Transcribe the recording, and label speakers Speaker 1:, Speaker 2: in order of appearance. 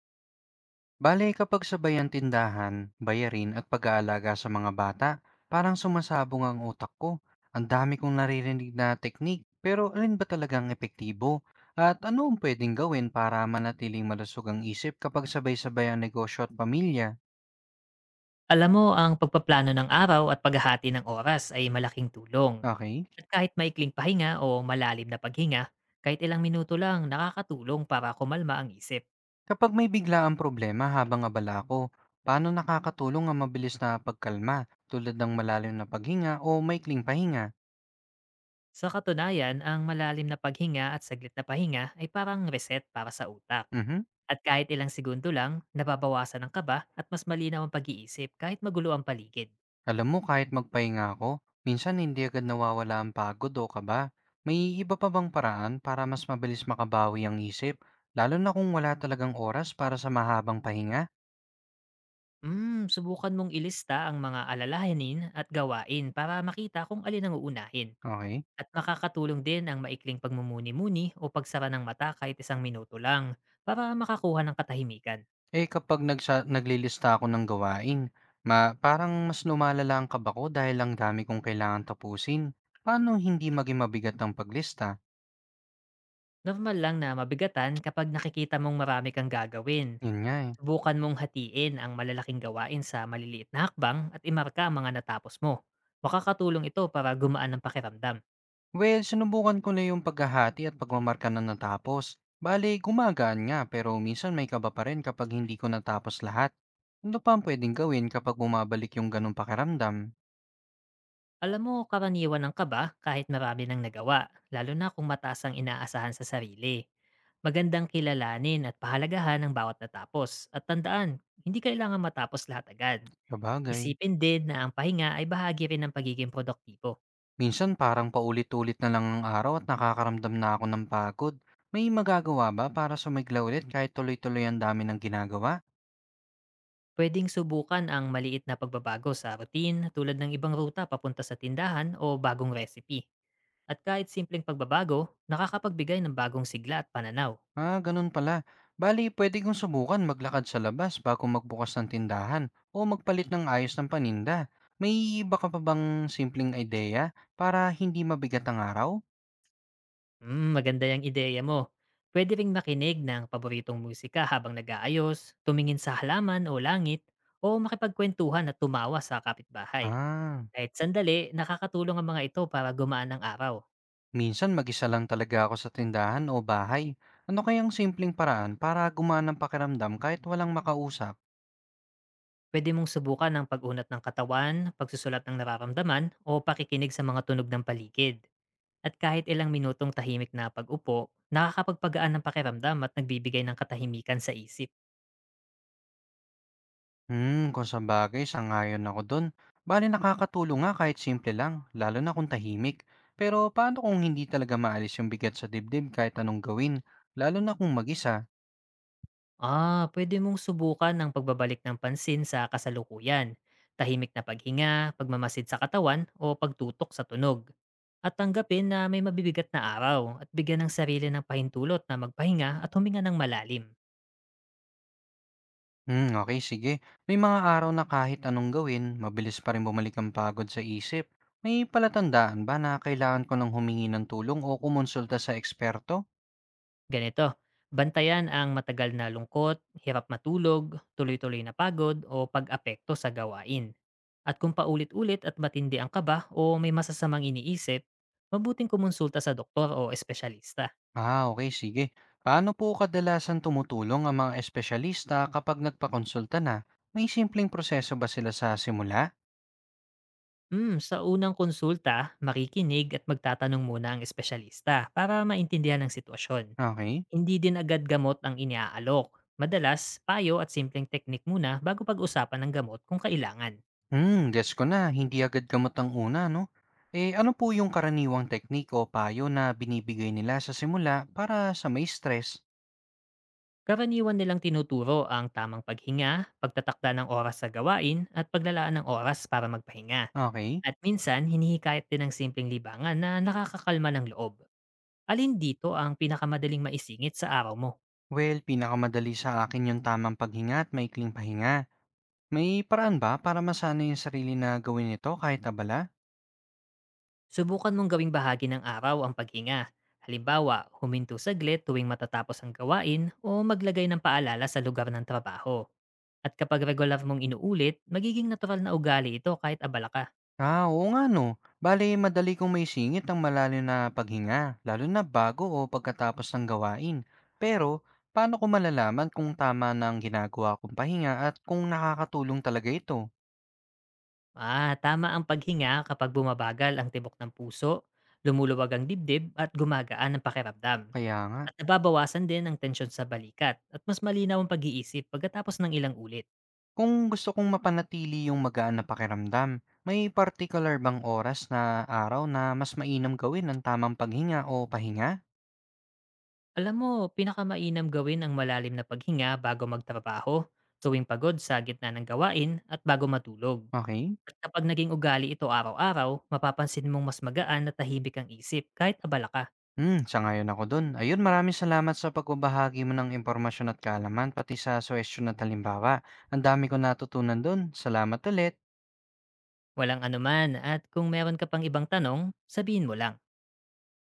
Speaker 1: Bale, kapag sabay ang tindahan, bayarin at pag-aalaga sa mga bata, parang sumasabong ang utak ko. Ang dami kong naririnig na teknik, pero alin ba talagang epektibo? At ano ang pwedeng gawin para manatiling malusog ang isip kapag sabay-sabay ang negosyo at pamilya?
Speaker 2: Alam mo, ang pagpaplano ng araw at paghahati ng oras ay malaking tulong.
Speaker 1: Okay?
Speaker 2: At kahit maikling pahinga o malalim na paghinga, kahit ilang minuto lang nakakatulong para kumalma ang isip.
Speaker 1: Kapag may bigla ang problema habang abala ako, paano nakakatulong ang mabilis na pagkalma tulad ng malalim na paghinga o maikling pahinga?
Speaker 2: Sa katunayan, ang malalim na paghinga at saglit na pahinga ay parang reset para sa utak.
Speaker 1: Mhm.
Speaker 2: At kahit ilang segundo lang, nababawasan ang kaba at mas malinaw ang pag-iisip kahit magulo ang paligid.
Speaker 1: Alam mo, kahit magpahinga ako, minsan hindi agad nawawala ang pagod o kaba. May iba pa bang paraan para mas mabilis makabawi ang isip, lalo na kung wala talagang oras para sa mahabang pahinga?
Speaker 2: Hmm, subukan mong ilista ang mga alalahanin at gawain para makita kung alin ang uunahin.
Speaker 1: Okay.
Speaker 2: At makakatulong din ang maikling pagmumuni-muni o pagsara ng mata kahit isang minuto lang para makakuha ng katahimikan.
Speaker 1: Eh kapag naglilista ako ng gawain, parang mas lumalala ang kaba ko dahil ang dami kong kailangan tapusin. Paano hindi maging mabigat ang paglista?
Speaker 2: Normal lang na mabigatan kapag nakikita mong marami kang gagawin.
Speaker 1: Yun nga eh.
Speaker 2: Subukan mong hatiin ang malalaking gawain sa maliliit na hakbang at imarka ang mga natapos mo. Makakatulong ito para gumaan ang pakiramdam.
Speaker 1: Well, sinubukan ko na yung paghahati at pagmamarka na natapos. Bale, gumagaan nga pero minsan may kaba pa rin kapag hindi ko natapos lahat. Ano pa ang pwedeng gawin kapag bumabalik yung ganong pakiramdam?
Speaker 2: Alam mo, karaniwan ang kaba kahit marami ng nagawa, lalo na kung mataas ang inaasahan sa sarili. Magandang kilalanin at pahalagahan ang bawat natapos. At tandaan, hindi kailangan matapos lahat agad.
Speaker 1: Sabagay.
Speaker 2: Isipin din na ang pahinga ay bahagi rin ng pagiging produktibo.
Speaker 1: Minsan parang paulit-ulit na lang ang araw at nakakaramdam na ako ng pagod. May magagawa ba para sumigla ulit kahit tuloy-tuloy ang dami ng ginagawa?
Speaker 2: Pwedeng subukan ang maliit na pagbabago sa routine tulad ng ibang ruta papunta sa tindahan o bagong recipe. At kahit simpleng pagbabago, nakakapagbigay ng bagong sigla at pananaw.
Speaker 1: Ah, ganun pala. Bali, pwede kong subukan maglakad sa labas bago magbukas ng tindahan o magpalit ng ayos ng paninda. May iba ka pa bang simpleng ideya para hindi mabigat ang araw?
Speaker 2: Hmm, maganda yung ideya mo. Pwede ring makinig ng paboritong musika habang nag-aayos, tumingin sa halaman o langit, o makipagkwentuhan at tumawa sa kapitbahay.
Speaker 1: Ah,
Speaker 2: Kahit sandali, nakakatulong ang mga ito para gumaan ang araw.
Speaker 1: minsan mag-isa lang talaga ako sa tindahan o bahay. Ano kayang simpleng paraan para gumana ang pakiramdam kahit walang makausap?
Speaker 2: Pwede mong subukan ang pag-unat ng katawan, pagsusulat ng nararamdaman, o pakikinig sa mga tunog ng paligid. At kahit ilang minutong tahimik na pag-upo, nakakapagpagaan ng pakiramdam at nagbibigay ng katahimikan sa isip.
Speaker 1: Hmm, kung sabagay, sangayon ako dun. Bale nakakatulong nga kahit simple lang, lalo na kung tahimik. Pero paano kung hindi talaga maalis yung bigat sa dibdib kahit anong gawin, lalo na kung mag-isa?
Speaker 2: Ah, pwede mong subukan ang pagbabalik ng pansin sa kasalukuyan, tahimik na paghinga, pagmamasid sa katawan o pagtutok sa tunog. At tanggapin na may mabibigat na araw at bigyan ng sarili ng pahintulot na magpahinga at huminga ng malalim.
Speaker 1: Hmm, okay, sige. May mga araw na kahit anong gawin, mabilis pa rin bumalik ang pagod sa isip. May palatandaan ba na kailangan ko ng humingi ng tulong o kumonsulta sa eksperto?
Speaker 2: Ganito, bantayan ang matagal na lungkot, hirap matulog, tuloy-tuloy na pagod o pag-apekto sa gawain. At kung paulit-ulit at matindi ang kaba o may masasamang iniisip, mabuting kumonsulta sa doktor o espesyalista.
Speaker 1: Ah, okey sige. Paano po kadalasan tumutulong ang mga espesyalista kapag nagpakonsulta na? May simpleng proseso ba sila sa simula?
Speaker 2: Mm, sa unang konsulta, makikinig at magtatanong muna ang espesyalista para maintindihan ang sitwasyon.
Speaker 1: Okay.
Speaker 2: Hindi din agad gamot ang iniaalok. Madalas, payo at simpleng teknik muna bago pag-usapan ng gamot kung kailangan.
Speaker 1: Hmm, gets ko na, hindi agad gamot ang una 'no? Eh, ano po yung karaniwang teknik o payo na binibigay nila sa simula para sa may stress?
Speaker 2: Karaniwan nilang tinuturo ang tamang paghinga, pagtatakda ng oras sa gawain, at paglalaan ng oras para magpahinga.
Speaker 1: Okay.
Speaker 2: At minsan, hinihikayat din ng simpleng libangan na nakakakalma ng loob. Alin dito ang pinakamadaling maisingit sa araw mo?
Speaker 1: Well, pinakamadali sa akin yung tamang paghinga at maikling pahinga. May paraan ba para masanay yung sarili na gawin ito kahit abala?
Speaker 2: Subukan mong gawing bahagi ng araw ang paghinga. Halimbawa, huminto saglit tuwing matatapos ang gawain o maglagay ng paalala sa lugar ng trabaho. At kapag regular mong inuulit, magiging natural na ugali ito kahit abala ka.
Speaker 1: Ah, oo nga no. Bale, madali kong may singit ang malalim na paghinga, lalo na bago o pagkatapos ng gawain. Pero, paano ko malalaman kung tama na ang ginagawa kong pahinga at kung nakakatulong talaga ito?
Speaker 2: Ah, tama ang paghinga kapag bumabagal ang tibok ng puso, lumuluwag ang dibdib at gumagaan ang pakiramdam.
Speaker 1: Kaya nga,
Speaker 2: At nababawasan din ang tensyon sa balikat at mas malinaw ang pag-iisip pagkatapos ng ilang ulit.
Speaker 1: kung gusto kong mapanatili yung magaan na pakiramdam, may particular bang oras na araw na mas mainam gawin ang tamang paghinga o pahinga?
Speaker 2: Alam mo, pinakamainam gawin ang malalim na paghinga bago magtrabaho, tuwing pagod sa gitna ng gawain at bago matulog.
Speaker 1: Okay?
Speaker 2: At kapag naging ugali ito araw-araw, mapapansin mong mas magaan at tahimik ang isip kahit abala ka.
Speaker 1: Hmm, sang-ayon ako dun. Ayun, maraming salamat sa pagbabahagi mo ng impormasyon at kaalaman, pati sa suwestyon at halimbawa. Ang dami ko natutunan dun. Salamat ulit.
Speaker 2: Walang anuman at kung meron ka pang ibang tanong, sabihin mo lang.